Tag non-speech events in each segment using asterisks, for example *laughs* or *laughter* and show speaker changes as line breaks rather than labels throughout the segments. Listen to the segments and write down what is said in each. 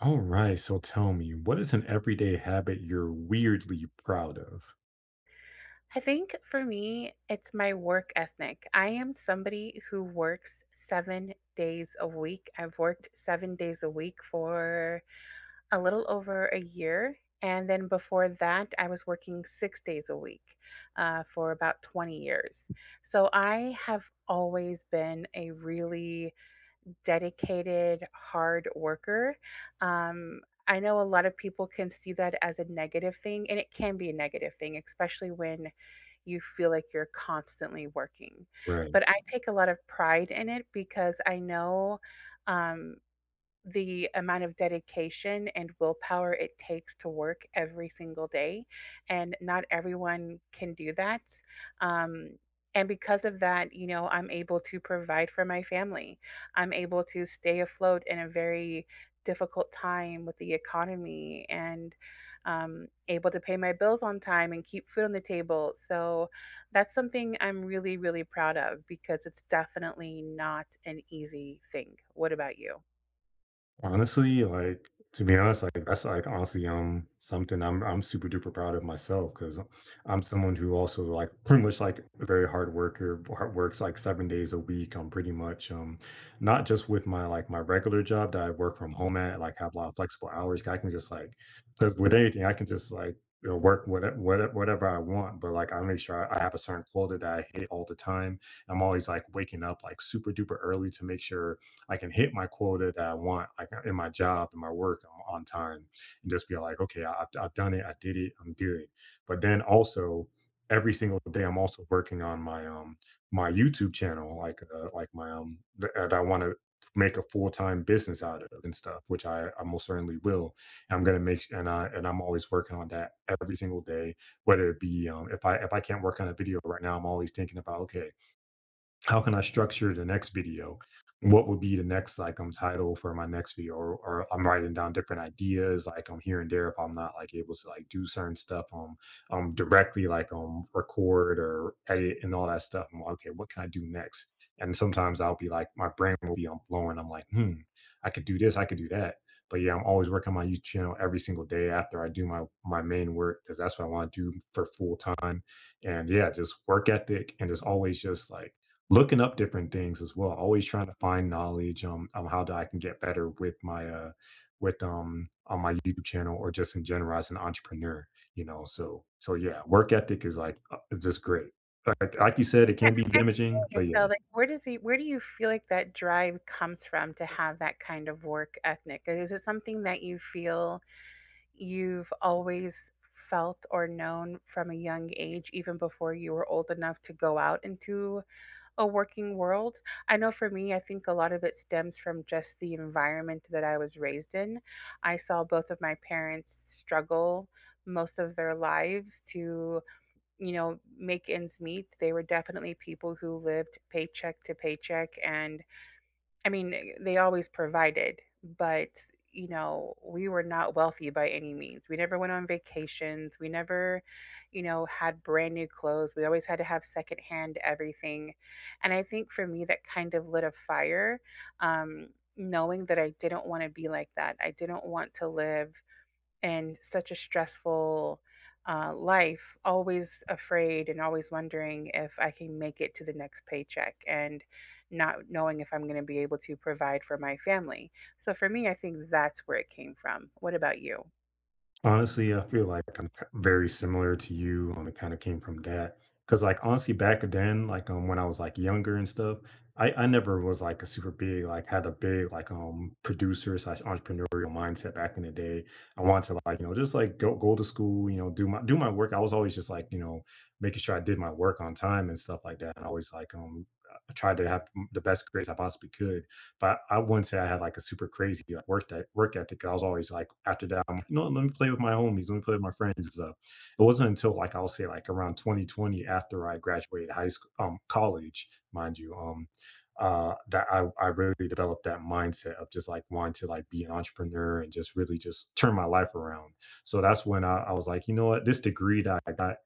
All right, so tell me, what is an everyday habit you're weirdly proud of?
I think for me, it's my work ethic. I am somebody who works 7 days a week. I've worked 7 days a week for a little over a year. And then before that, I was working 6 days a week for about 20 years. So I have always been a really dedicated hard worker. Um, I know a lot of people can see that as a negative thing, and it can be a negative thing, especially when you feel like you're constantly working.
Right.
But I take a lot of pride in it because I know um, the amount of dedication and willpower it takes to work every single day. And not everyone can do that. Um, and because of that, you know, I'm able to provide for my family. I'm able to stay afloat in a very difficult time with the economy and able to pay my bills on time and keep food on the table. So that's something I'm really, really proud of because it's definitely not an easy thing. What about you?
Honestly, like, to be honest, like, that's, like, honestly, something I'm super duper proud of myself because 'cause I'm someone who also, like, *laughs* pretty much, like, a very hard works, like, 7 days a week. I'm pretty much, not just with my, like, my regular job that I work from home at, like, have a lot of flexible hours. I can just, like, 'cause with anything, I can just, like, you know, work whatever I want, but, like, I make sure I have a certain quota that I hit all the time. I'm always, like, waking up, like, super duper early to make sure I can hit my quota that I want, like, in my job and my work I'm on time, and just be like, okay, I've done it. I did it. I'm good. But then also every single day, I'm also working on my YouTube channel, like my, that I want to make a full-time business out of and stuff, which I most certainly will. I'm going to make, s- and I, and I'm always working on that every single day, whether it be, if I can't work on a video right now, I'm always thinking about, okay, how can I structure the next video? What would be the next, like, title for my next video? Or I'm writing down different ideas, like, I'm here and there if I'm not, like, able to, like, do certain stuff, directly, like, record or edit and all that stuff. I'm like, okay, what can I do next? And sometimes I'll be like my brain will be on blowing. I'm like, I could do this, I could do that. But yeah, I'm always working on my YouTube channel every single day after I do my main work because that's what I want to do for full time. And yeah, just work ethic, and just always just, like, looking up different things as well, always trying to find knowledge, on how do I can get better with my with on my YouTube channel or just in general as an entrepreneur, you know. So yeah, work ethic is, like, just great. Like you said, it can be
I'm
damaging, but
curious though,
yeah.
like where does he where do you feel like that drive comes from to have that kind of work ethic? Is it something that you feel you've always felt or known from a young age, even before you were old enough to go out into a working world? I know for me, I think a lot of it stems from just the environment that I was raised in. I saw both of my parents struggle most of their lives to, you know, make ends meet. They were definitely people who lived paycheck to paycheck. And I mean, they always provided, but, you know, we were not wealthy by any means. We never went on vacations. We never, you know, had brand new clothes. We always had to have secondhand everything. And I think for me, that kind of lit a fire, um, knowing that I didn't want to be like that. I didn't want to live and such a stressful life, always afraid and always wondering if I can make it to the next paycheck and not knowing if I'm going to be able to provide for my family. So for me, I think that's where it came from. What about you?
Honestly, I feel like I'm k very similar to you, it kinda came from that. Cause like, honestly, back then, like, when I was, like, younger and stuff, I never was, like, a super big like, had a big, like, producer/entrepreneurial slash entrepreneurial mindset back in the day. I wanted to, like, you know, just, like, go to school, you know, do my work. I was always just, like, you know, making sure I did my work on time and stuff like that, and I always, like, tried to have m the best grades I possibly could. But I wouldn't say I had, like, a super crazy like work ethic. I was always, like, after that I'm like, you know what, let me play with my homies, let me play with my friends. So it wasn't until, like, I'll say, like, around 2020 after I graduated high school, college, mind you, that I really developed that mindset of just, like, wanting to, like, be an entrepreneur and just really just turn my life around. So that's when I was like, you know what, this degree that I got,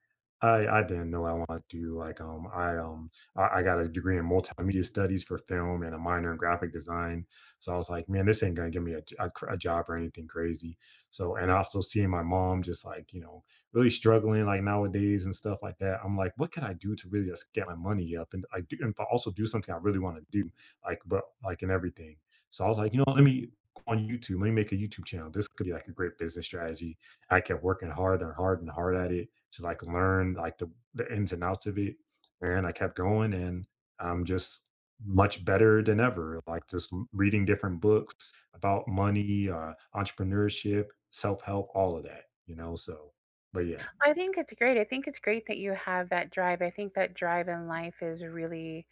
I didn't know I wanted to do. Like I got a degree in multimedia studies for film and a minor in graphic design. So I was like, man, this ain't gonna give me a, j- a cr- a job or anything crazy. So, and also seeing my mom just, like, you know, really struggling, like, nowadays and stuff like that, I'm like, what can I do to really just get my money up, and I do, and also do something I really want to do, like, but like in everything. So I was like, you know, let me go on YouTube, let me make a YouTube channel. This could be like a great business strategy. I kept working hard and hard and hard at it, to, like, learn, like, the ins and outs of it, and I kept going, and I'm just much better than ever. Like just reading different books about money, entrepreneurship, self help, all of that. You know, so, but yeah.
I think it's great. I think it's great that you have that drive. I think that drive in life is really,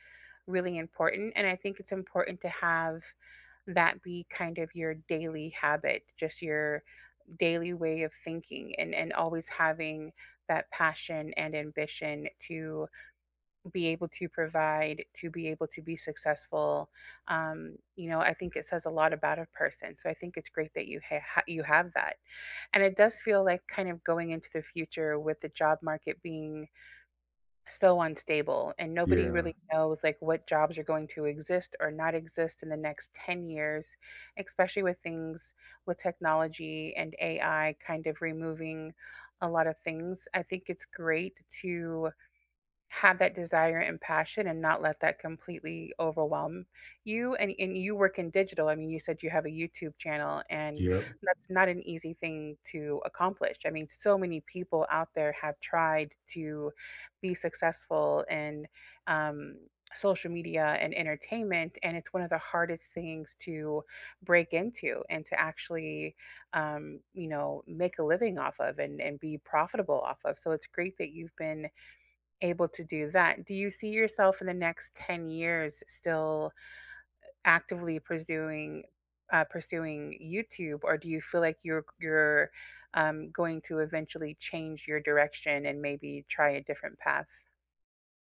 really important. And I think it's important to have that be kind of your daily habit, just your daily way of thinking and, always having that passion and ambition to be able to provide, to be able to be successful. You know, I think it says a lot about a person. So I think it's great that you have that. And it does feel like kind of going into the future with the job market being so unstable and nobody
Yeah.
really knows like what jobs are going to exist or not exist in the next 10 years, especially with things with technology and AI kind of removing a lot of things. I think it's great to have that desire and passion and not let that completely overwhelm you. And you work in digital. I mean, you said you have a YouTube channel, and
Yep.
that's not an easy thing to accomplish. I mean, so many people out there have tried to be successful in um social media and entertainment, and it's one of the hardest things to break into and to actually, you know, make a living off of and be profitable off of. So it's great that you've been able to do that. Do you see yourself in the next 10 years still actively pursuing, pursuing YouTube, or do you feel like you're going to eventually change your direction and maybe try a different path?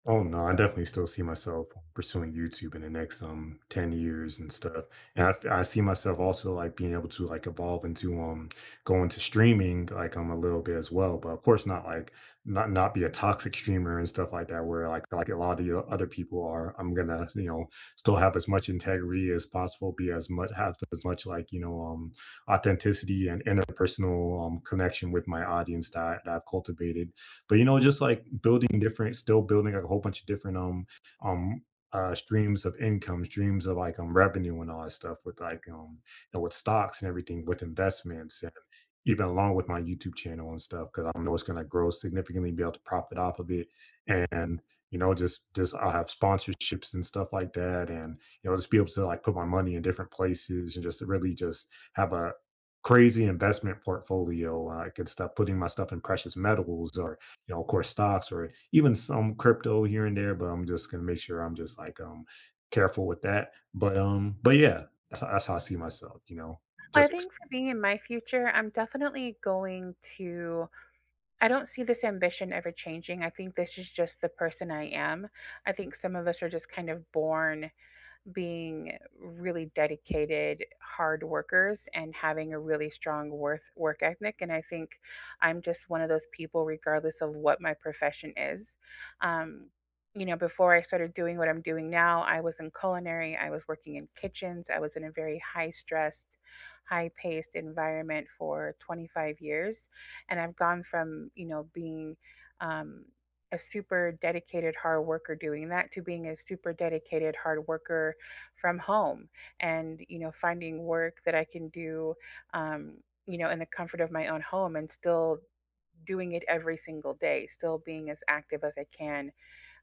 Oh no, I definitely still see myself pursuing YouTube in the next, 10 years and stuff. And I see myself also, like, being able to, like, evolve into, going to streaming, like, a little bit as well, but of course not, like, not be a toxic streamer and stuff like that where like a lot of the other people are. I'm gonna, you know, still have as much integrity as possible, be as much have as much, like, you know, authenticity and interpersonal, connection with my audience that I've cultivated, but you know, just like still building, like, a whole bunch of different, um streams of income, streams of, like, revenue and all that stuff, with, like, you know, with stocks and everything, with investments, and even along with my YouTube channel and stuff, because I know it's gonna grow significantly, be able to profit off of it. And you know, just I'll have sponsorships and stuff like that, and you know, just be able to, like, put my money in different places, and just really just have a crazy investment portfolio. I could stop putting my stuff in precious metals, or, you know, of course, stocks, or even some crypto here and there, but I'm just gonna make sure I'm just, like, careful with that. But yeah, that's how I see myself, you know.
I
just ex-
think for being in my future, I'm definitely going to. I don't see this ambition ever changing. I think this is just the person I am. I think some of us are just kind of born being really dedicated hard workers and having a really strong worth work ethic. And I think I'm just one of those people regardless of what my profession is. um, you know, before I started doing what I'm doing now, I was in culinary. I was working in kitchens. I was in a very high stressed, high paced environment for 25 years. And I've gone from, you know, being, um, a super dedicated hard worker doing that to being a super dedicated hard worker from home. And you know, finding work that I can do, um, you know, in the comfort of my own home and still doing it every single day, still being as active as I can,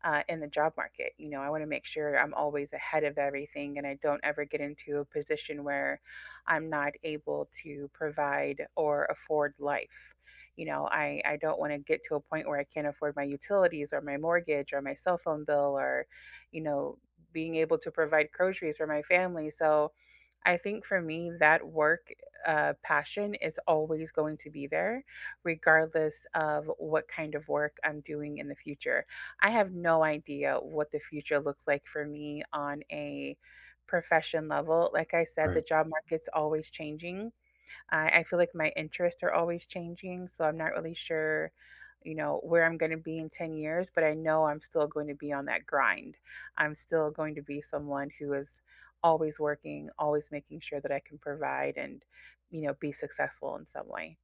in the job market. You know, I want to make sure I'm always ahead of everything and I don't ever get into a position where I'm not able to provide or afford life. You know, I don't want to get to a point where I can't afford my utilities or my mortgage or my cell phone bill or, you know, being able to provide groceries for my family. So I think for me, that work, passion is always going to be there, regardless of what kind of work I'm doing in the future. I have no idea what the future looks like for me on a profession level. Like I said, the
right.
job market's always changing. I feel like my interests are always changing. So I'm not really sure, you know, where I'm going to be in 10 years, but I know I'm still going to be on that grind. I'm still going to be someone who is always working, always making sure that I can provide and, you know, be successful in some way.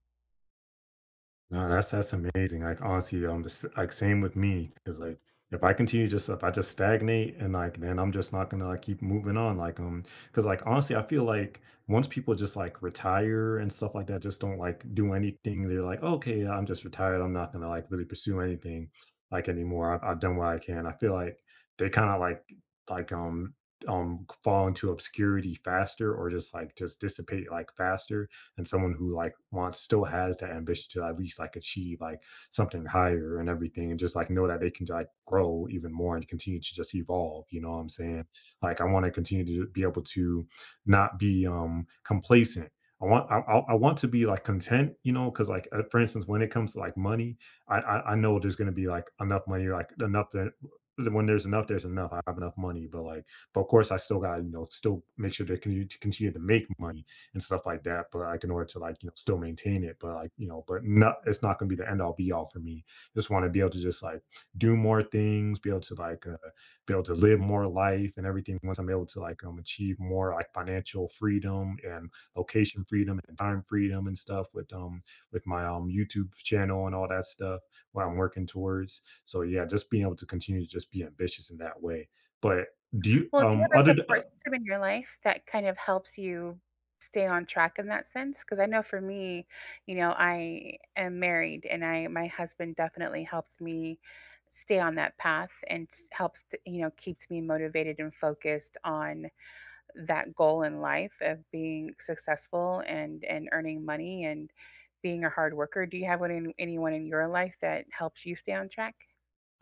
No, that's amazing. Like honestly, I'm just like same with me, because like, if I continue just, if I just stagnate, and like then I'm just not gonna, like, keep moving on. Like, because like honestly, I feel like once people just, like, retire and stuff like that, just don't, like, do anything. They're like, okay, yeah, I'm just retired, I'm not gonna, like, really pursue anything, like, anymore. I've done what I can. I feel like they kind of like fall into obscurity faster, or just, like, just dissipate, like, faster, and someone who, like, wants, still has that ambition to at least, like, achieve, like, something higher and everything, and just, like, know that they can, like, grow even more and continue to just evolve, you know what I'm saying, like, I want to continue to be able to not be complacent. I want I want to be, like, content, you know, because like, for instance, when it comes to, like, money, I know there's gonna be, like, enough money, like, enough that when there's enough, there's enough. I have enough money, but like, but of course, I still got to, you know, still make sure they can continue to make money and stuff like that, but like in order to, like you know, still maintain it, but like you know, but not it's not going to be the end all be all for me. Just want to be able to just, like, do more things, be able to, like, be able to live more life and everything. Once I'm able to, like, achieve more, like, financial freedom, and location freedom, and time freedom, and stuff, with, my YouTube channel and all that stuff, what I'm working towards. So yeah, just being able to continue to just be ambitious in that way. But do you
Well, do you have a
other.
support system in your life that kind of helps you stay on track in that sense? Because I know for me, you know, I am married and I my husband definitely helps me stay on that path and you know, keeps me motivated and focused on that goal in life of being successful and earning money and being a hard worker. Do you have one in, anyone in your life that helps you stay on track?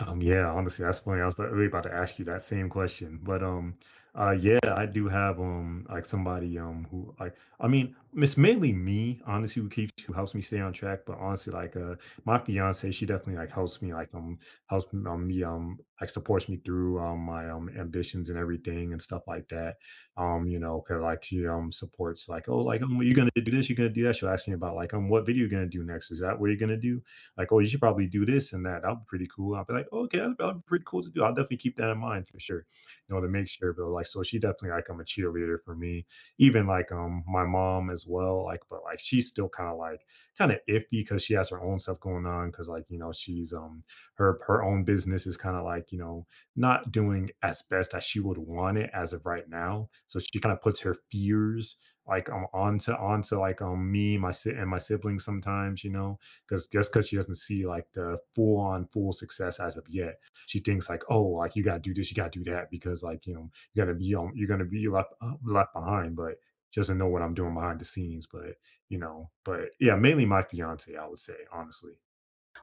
Yeah, honestly, that's funny. I was like, really about to ask you that same question, but yeah, I do have, like somebody, who, like, I mean, it's mainly me, honestly, who helps me stay on track. But honestly, like, my fiance, she definitely, like, helps me, like, like, supports me through, my ambitions and everything and stuff like that. You know, cause like she supports, like, oh, like, you're gonna do this, you're gonna do that. She'll ask me about, like, what video you are gonna do next? Is that what you're gonna do? Like, "Oh, you should probably do this and that," that will be pretty cool. I'll be like, "Okay, that'd be pretty cool to do. I'll definitely keep that in mind for sure." You know, to make sure, but like, so she definitely, like, I'm a cheerleader for me. Even, like, my mom as well, like, but like she's still kind of like, kind of iffy, because she has her own stuff going on, because like you know she's, her own business is kind of like, you know, not doing as best as she would want it as of right now. So she kind of puts her fears, like, onto, like, me, and my siblings sometimes, you know, because just because she doesn't see, like, the full success as of yet, she thinks like, oh, like, you gotta do this, you gotta do that, because like you know you're gonna be left behind, but she doesn't know what I'm doing behind the scenes. But you know, but yeah, mainly my fiance, I would say honestly.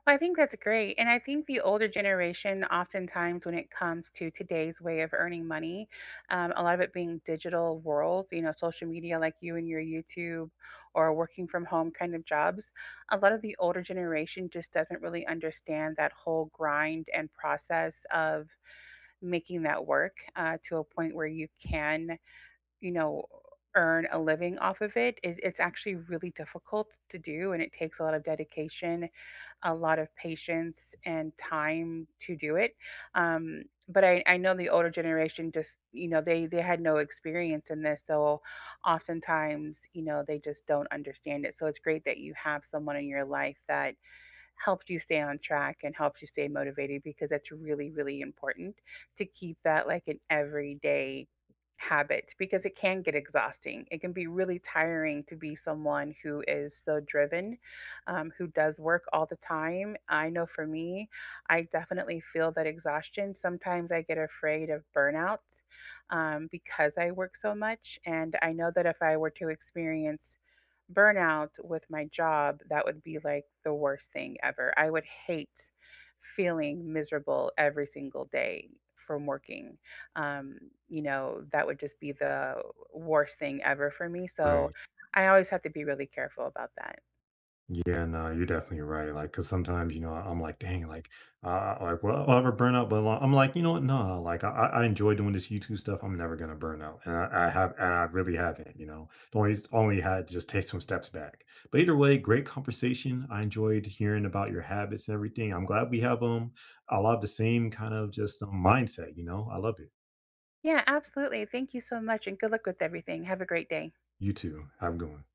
I think that's great. And I think the older generation, oftentimes, when it comes to today's way of earning money, a lot of it being digital worlds, you know, social media like you and your YouTube or working from home kind of jobs, a lot of the older generation just doesn't really understand that whole grind and process of making that work, to a point where you can, you know, earn a living off of it. It's actually really difficult to do, and it takes a lot of dedication, a lot of patience, and time to do it. Um, but I know the older generation just, you know, they had no experience in this, so oftentimes, you know, they just don't understand it. So it's great that you have someone in your life that helped you stay on track and helps you stay motivated because that's really, really important to keep that like an everyday habit, because it can get exhausting. It can be really tiring to be someone who is so driven, who does work all the time. I know for me, I definitely feel that exhaustion. Sometimes I get afraid of burnout, because I work so much. And I know that if I were to experience burnout with my job, that would be like the worst thing ever. I would hate feeling miserable every single day from working. Um, you know, that would just be the worst thing ever for me. So
Right.
I always have to be really careful about that.
Yeah, no, you're definitely right. Like, cause sometimes, you know, I'm like, dang, like, well, I'll have a burnout, but I'm like, you know what? No, like, I enjoy doing this YouTube stuff. I'm never gonna burn out, and I have, and I really haven't. You know, the only had to just take some steps back. But either way, great conversation. I enjoyed hearing about your habits and everything. I'm glad we have, a lot of the same kind of just, mindset. You know, I love it.
Yeah, absolutely. Thank you so much and good luck with everything. Have a great day.
You too. Have a good one.